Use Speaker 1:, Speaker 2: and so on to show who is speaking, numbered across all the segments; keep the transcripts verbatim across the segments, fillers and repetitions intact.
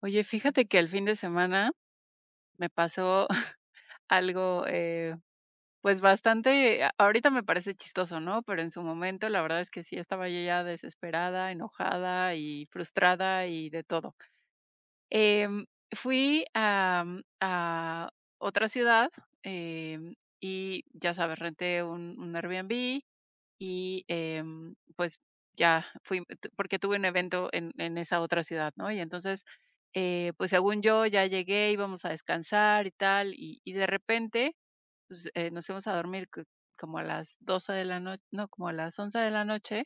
Speaker 1: Oye, fíjate que el fin de semana me pasó algo, eh, pues bastante, a- ahorita me parece chistoso, ¿no? Pero en su momento la verdad es que sí estaba yo ya desesperada, enojada y frustrada y de todo. Em, fui a, mm, a otra ciudad em, y ya sabes, renté un, un Airbnb y, em, pues, ya fui tu porque tuve un evento en en esa otra ciudad, ¿no? Y entonces, eh, pues, según yo, ya llegué, íbamos a descansar y tal, y y de repente, pues, eh, nos fuimos a dormir c como a las doce de la no no, como a las once de la noche,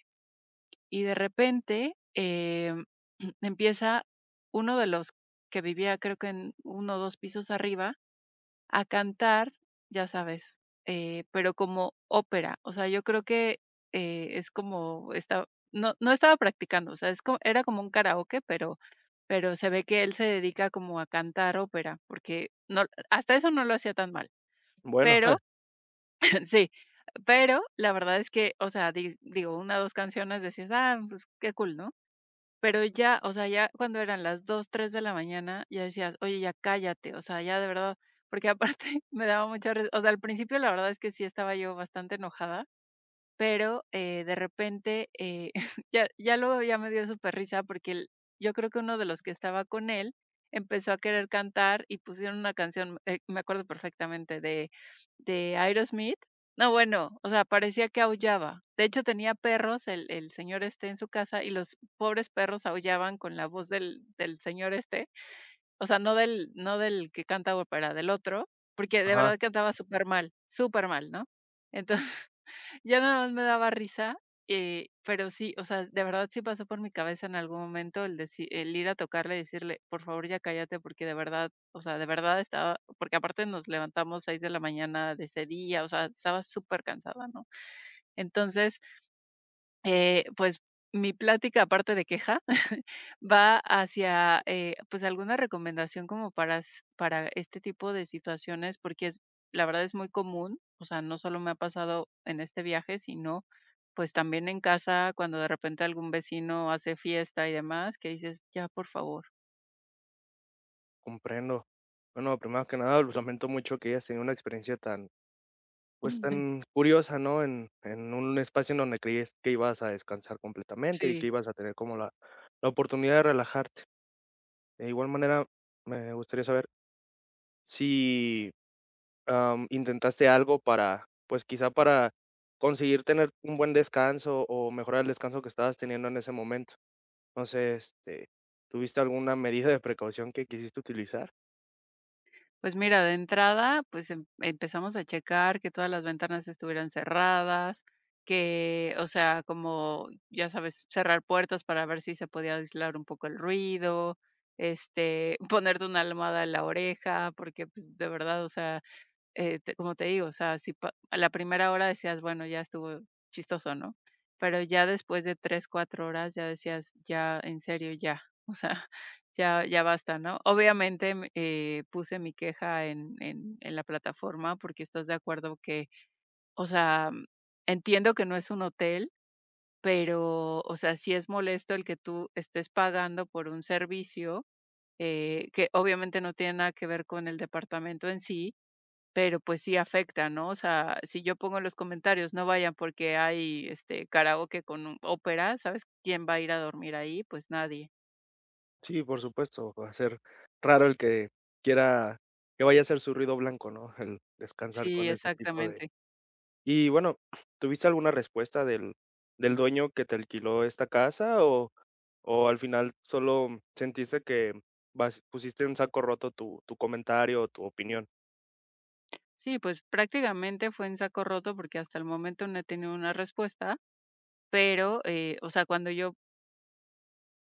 Speaker 1: y de repente, em, empieza uno de los que vivía, creo que en uno o dos pisos arriba, a cantar, ya sabes, eh, pero como ópera. O sea, yo creo que, eh, es como esta no no estaba practicando, o sea, es co era como un karaoke, pero pero se ve que él se dedica como a cantar ópera, porque no hasta eso no lo hacía tan mal.
Speaker 2: Bueno,
Speaker 1: Pero sí, pero la verdad es que, o sea, di digo, una, dos canciones decías: "Ah, pues qué cool", ¿no? Pero ya, o sea, ya cuando eran las dos tres de la mañana, ya decías: "Oye, ya cállate", o sea, ya de verdad, porque aparte me daba mucha ri o sea, al principio la verdad es que sí estaba yo bastante enojada pero, eh, de repente, eh, ya ya luego ya me dio súper risa porque el yo creo que uno de los que estaba con él empezó a querer cantar y pusieron una canción, eh, me acuerdo perfectamente de de Aerosmith. No, bueno, o sea, parecía que aullaba. De hecho, tenía perros el el señor este en su casa y los pobres perros aullaban con la voz del del señor este, o sea, no del no del que canta ópera, del otro, porque de
Speaker 2: ajá,
Speaker 1: verdad cantaba súper mal súper mal, ¿no? Entonces ya nada más me daba risa, eh, pero sí, o sea, de verdad sí pasó por mi cabeza en algún momento el deci el ir a tocarle y decirle: "Por favor, ya cállate", porque de verdad, o sea, de verdad estaba porque aparte nos levantamos seis de la mañana de ese día, o sea, estaba súper cansada, ¿no? Entonces eh, pues, mi plática, aparte de queja, va hacia, eh, pues, alguna recomendación como para s para este tipo de situaciones, porque es la verdad es muy común, o sea, no solo me ha pasado en este viaje, sino, pues, también en casa, cuando de repente algún vecino hace fiesta y demás, que dices: "Ya, por favor".
Speaker 2: comprendo. Bueno, primero que nada, lo lamento mucho que hayas tenido una experiencia tan, pues, tan curiosa, ¿no? En, en un espacio en donde creías que ibas a descansar completamente y que
Speaker 1: Sí.
Speaker 2: ibas a tener como la, la oportunidad de relajarte. De igual manera, me gustaría saber si am, intentaste algo para, pues quizá para conseguir tener un buen descanso o mejorar el descanso que estabas teniendo en ese momento. No sé, este, ¿tuviste alguna medida de precaución que quisiste utilizar?
Speaker 1: Pues mira, de entrada, pues em empezamos a checar que todas las ventanas estuvieran cerradas, que, o sea, como, ya sabes, cerrar puertas para ver si se podía aislar un poco el ruido, este, ponerte una almohada en la oreja, porque, pues, de verdad, o sea, eh, te como te digo, o sea, si pa a la primera hora decías: "Bueno, ya estuvo chistoso", ¿no? Pero ya después de tres cuatro horas ya decías: "Ya, en serio, ya". O sea, ya ya basta, ¿no? Obviamente, mm, eh, puse mi queja en en en la plataforma, porque estás de acuerdo que, o sea, mm, entiendo que no es un hotel, pero, o sea, sí es molesto el que tú estés pagando por un servicio, eh, que obviamente no tiene nada que ver con el departamento en sí, pero, pues, sí afecta, ¿no? O sea, si yo pongo en los comentarios: "No vayan porque hay, este, karaoke con un ópera", ¿sabes? ¿Quién va a ir a dormir ahí? Pues nadie.
Speaker 2: Sí, por supuesto, va a ser raro el que quiera que vaya a ser su ruido blanco, ¿no? El descansar
Speaker 1: Sí,
Speaker 2: con este tipo de…
Speaker 1: exactamente.
Speaker 2: Y bueno, ¿tuviste alguna respuesta del del dueño que te alquiló esta casa o o al final solo sentiste que vas pusiste en saco roto tu tu comentario o tu opinión?
Speaker 1: Sí, pues, prácticamente fue en saco roto porque hasta el momento no he tenido una respuesta, pero, eh, o sea, cuando yo,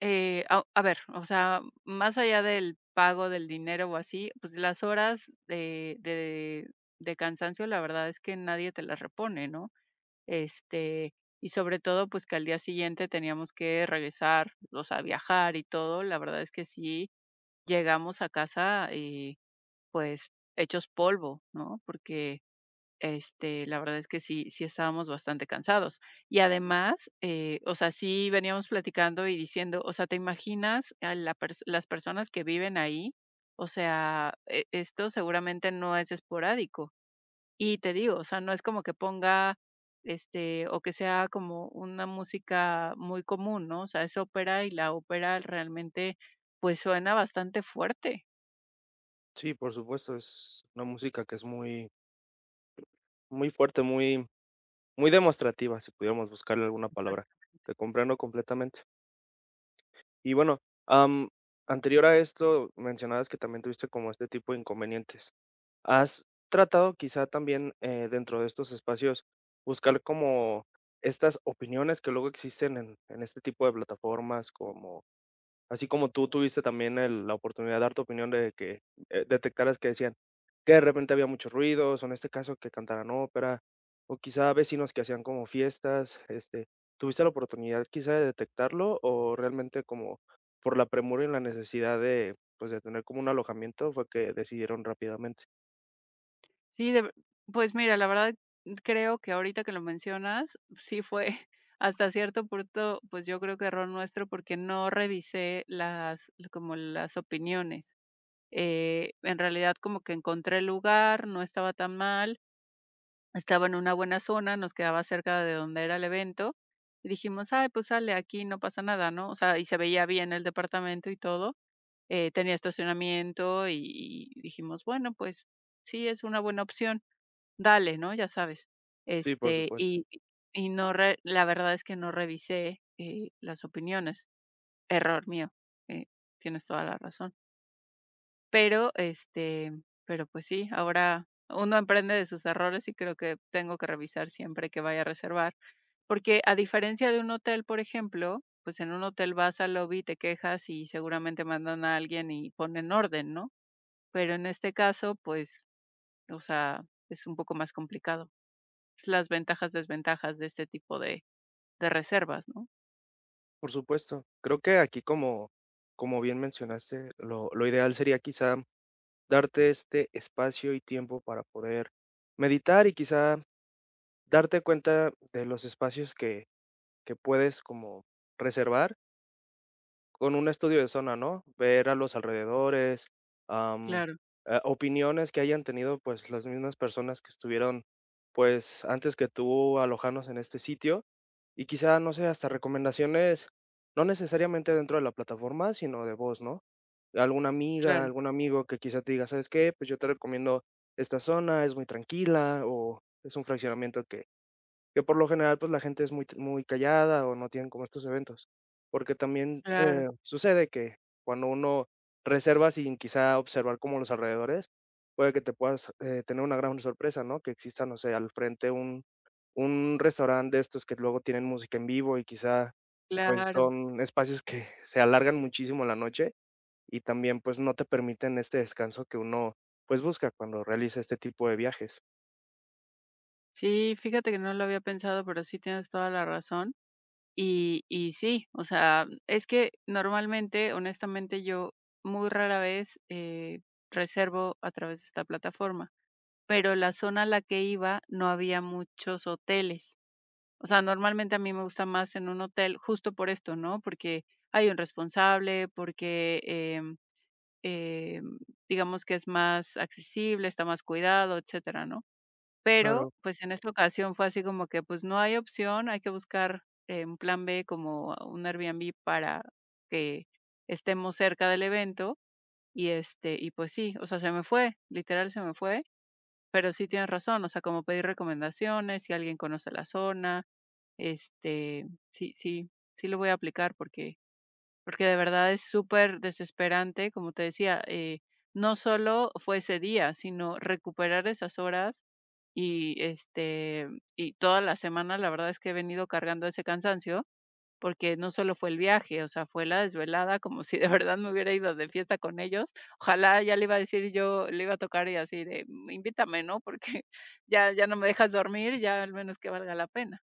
Speaker 1: eh, a a ver, o sea, más allá del pago del dinero o así, pues, las horas de de de cansancio, la verdad es que nadie te las repone, ¿no? Este, y sobre todo, pues, que al día siguiente teníamos que regresar, o sea, viajar y todo. La verdad es que sí llegamos a casa y, pues, hechos polvo, ¿no? Porque, este, la verdad es que sí sí estábamos bastante cansados. Y además, eh, o sea, sí veníamos platicando y diciendo, o sea, ¿te imaginas a la pers las personas que viven ahí? O sea, e esto seguramente no es esporádico. Y te digo, o sea, no es como que ponga, este, o que sea como una música muy común, ¿no? O sea, es ópera y la ópera realmente, pues, suena bastante fuerte.
Speaker 2: Sí, por supuesto, es una música que es muy muy fuerte, muy muy demostrativa, si pudiéramos buscarle alguna palabra.
Speaker 1: Exacto.
Speaker 2: Te comprendo completamente. Y bueno, am, anterior a esto, mencionabas que también tuviste como este tipo de inconvenientes. ¿Has tratado quizá también eh, dentro de estos espacios buscar como estas opiniones que luego existen en, en este tipo de plataformas como… Así como tú tuviste también el la oportunidad de dar tu opinión de que, eh, detectaras que decían que de repente había muchos ruidos, o en este caso que cantaran ópera, o quizá vecinos que hacían como fiestas, este, ¿tuviste la oportunidad quizá de detectarlo o realmente como por la premura y la necesidad de, pues, de tener como un alojamiento fue que decidieron rápidamente?
Speaker 1: Sí, de ver pues mira, la verdad creo que ahorita que lo mencionas, sí fue hasta cierto punto, pues, yo creo que error nuestro, porque no revisé las como las opiniones. Eh, en realidad como que encontré el lugar, no estaba tan mal. Estaba en una buena zona, nos quedaba cerca de donde era el evento, y dijimos: "Ay, pues sale, aquí no pasa nada", ¿no? O sea, y se veía bien el departamento y todo, eh, tenía estacionamiento y y dijimos: "Bueno, pues sí, es una buena opción, dale", ¿no? Ya sabes.
Speaker 2: Sí, por
Speaker 1: Este,
Speaker 2: supuesto,
Speaker 1: y y no re la verdad es que no revisé, eh, las opiniones. Error mío, eh, tienes toda la razón. Pero, este, pero pues sí, ahora uno aprende de sus errores y creo que tengo que revisar siempre que vaya a reservar, porque a diferencia de un hotel, por ejemplo, pues en un hotel vas al lobby, te quejas y seguramente mandan a alguien y ponen orden, ¿no? Pero en este caso, pues, o sea, es un poco más complicado. Es las ventajas, desventajas de este tipo de de reservas, ¿no?
Speaker 2: por supuesto. Creo que aquí como como bien mencionaste, lo lo ideal sería quizá darte este espacio y tiempo para poder meditar y quizá darte cuenta de los espacios que, que puedes como reservar con un estudio de zona, ¿no? Ver a los alrededores, am,
Speaker 1: Claro,
Speaker 2: eh, opiniones que hayan tenido, pues, las mismas personas que estuvieron, pues, antes que tú alojarnos en este sitio, y quizá, no sé, hasta recomendaciones, no necesariamente dentro de la plataforma, sino de voz, ¿no? Alguna amiga,
Speaker 1: claro,
Speaker 2: algún amigo que quizá te diga: "¿Sabes qué? Pues yo te recomiendo esta zona, es muy tranquila, o es un fraccionamiento que" que por lo general, pues, la gente es muy muy callada o no tienen como estos eventos. Porque también,
Speaker 1: claro,
Speaker 2: eh, sucede que cuando uno reserva sin quizá observar como los alrededores, puede que te puedas, eh, tener una gran sorpresa, ¿no? Que exista, no sé, al frente un un restaurante de estos que luego tienen música en vivo y quizá, pues,
Speaker 1: claro.
Speaker 2: son espacios que se alargan muchísimo la noche y también, pues, no te permiten este descanso que uno, pues, busca cuando realiza este tipo de viajes.
Speaker 1: Sí, fíjate que no lo había pensado, pero sí tienes toda la razón. Y y sí, o sea, es que normalmente, honestamente, yo muy rara vez, eh, reservo a través de esta plataforma, pero la zona a la que iba no había muchos hoteles. O sea, normalmente a mí me gusta más en un hotel justo por esto, ¿no? Porque hay un responsable, porque, em, em, digamos que es más accesible, está más cuidado, etcétera, ¿no? Pero,
Speaker 2: Claro.
Speaker 1: pues, en esta ocasión fue así como que, pues, no hay opción, hay que buscar, eh, un plan B como un Airbnb para que estemos cerca del evento y, este, y pues sí, o sea, se me fue, literal se me fue, pero sí tienes razón, o sea, como pedir recomendaciones, si alguien conoce la zona, este, sí, sí, sí lo voy a aplicar porque porque de verdad es súper desesperante, como te decía, eh, no solo fue ese día, sino recuperar esas horas y este y toda la semana la verdad es que he venido cargando ese cansancio, porque no solo fue el viaje, o sea, fue la desvelada, como si de verdad me hubiera ido de fiesta con ellos. Ojalá ya le iba a decir yo, le iba a tocar y así de "Mm, invítame, ¿no? Porque ya ya no me dejas dormir, ya al menos que valga la pena.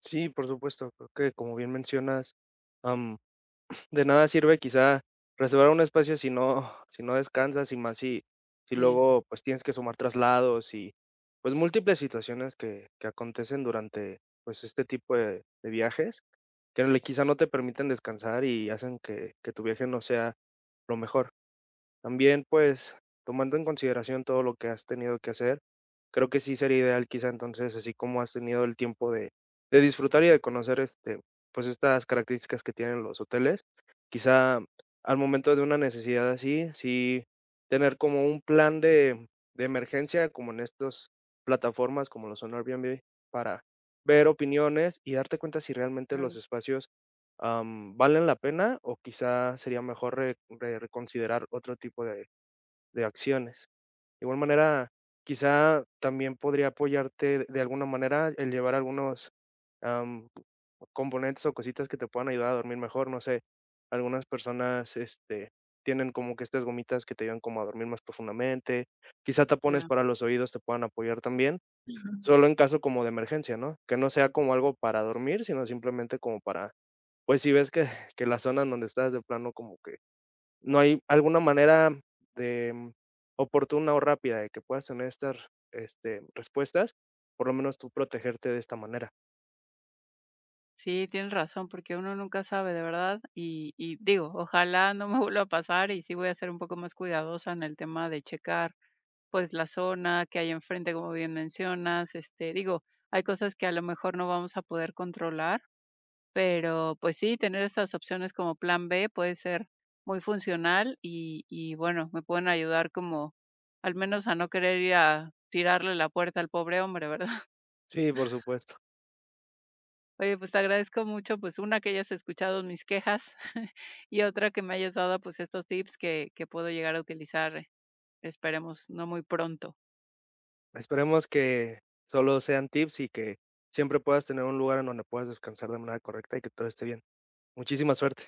Speaker 2: Sí, por supuesto, creo que como bien mencionas, am, de nada sirve quizá reservar un espacio si no si no descansas y más si si
Speaker 1: Sí,
Speaker 2: luego, pues, tienes que sumar traslados y, pues, múltiples situaciones que que acontecen durante, pues, este tipo de de viajes, que le quizá no te permiten descansar y hacen que que tu viaje no sea lo mejor. También, pues, tomando en consideración todo lo que has tenido que hacer, creo que sí sería ideal quizá entonces, así como has tenido el tiempo de, de disfrutar y de conocer este, pues estas características que tienen los hoteles, quizá al momento de una necesidad así, sí tener como un plan de, de emergencia, como en estas plataformas como lo son Airbnb, para ver opiniones y darte cuenta si realmente los
Speaker 1: claro,
Speaker 2: espacios am, ¿valen la pena o quizá sería mejor re- re- reconsiderar otro tipo de, de acciones? De igual manera, quizá también podría apoyarte de, de alguna manera el llevar algunos am, componentes o cositas que te puedan ayudar a dormir mejor. No sé, algunas personas este, tienen como que estas gomitas que te ayudan como a dormir más profundamente. Quizá tapones
Speaker 1: ya.
Speaker 2: para los oídos te puedan apoyar también, solo en caso como de emergencia, ¿no? Que no sea como algo para dormir, sino simplemente como para… pues, si ves que que la zona en donde estás de plano como que no hay alguna manera de mm, oportuna o rápida de que puedas tener estas, este, respuestas, por lo menos tú protegerte de esta manera.
Speaker 1: Sí, tienes razón, porque uno nunca sabe, de verdad. Y, y digo, ojalá no me vuelva a pasar y sí voy a ser un poco más cuidadosa en el tema de checar, pues, la zona que hay enfrente, como bien mencionas. Este, digo, hay cosas que a lo mejor no vamos a poder controlar, pero pues sí, tener estas opciones como plan B puede ser muy funcional y, y bueno, me pueden ayudar como al menos a no querer ir a tirarle la puerta al pobre hombre, ¿verdad?
Speaker 2: Sí, por supuesto.
Speaker 1: Oye, pues te agradezco mucho, pues una que hayas escuchado mis quejas y otra que me hayas dado pues estos tips que, que puedo llegar a utilizar, esperemos, no muy pronto.
Speaker 2: Esperemos que solo sean tips y que siempre puedas tener un lugar en donde puedas descansar de manera correcta y que todo esté bien. Muchísima suerte.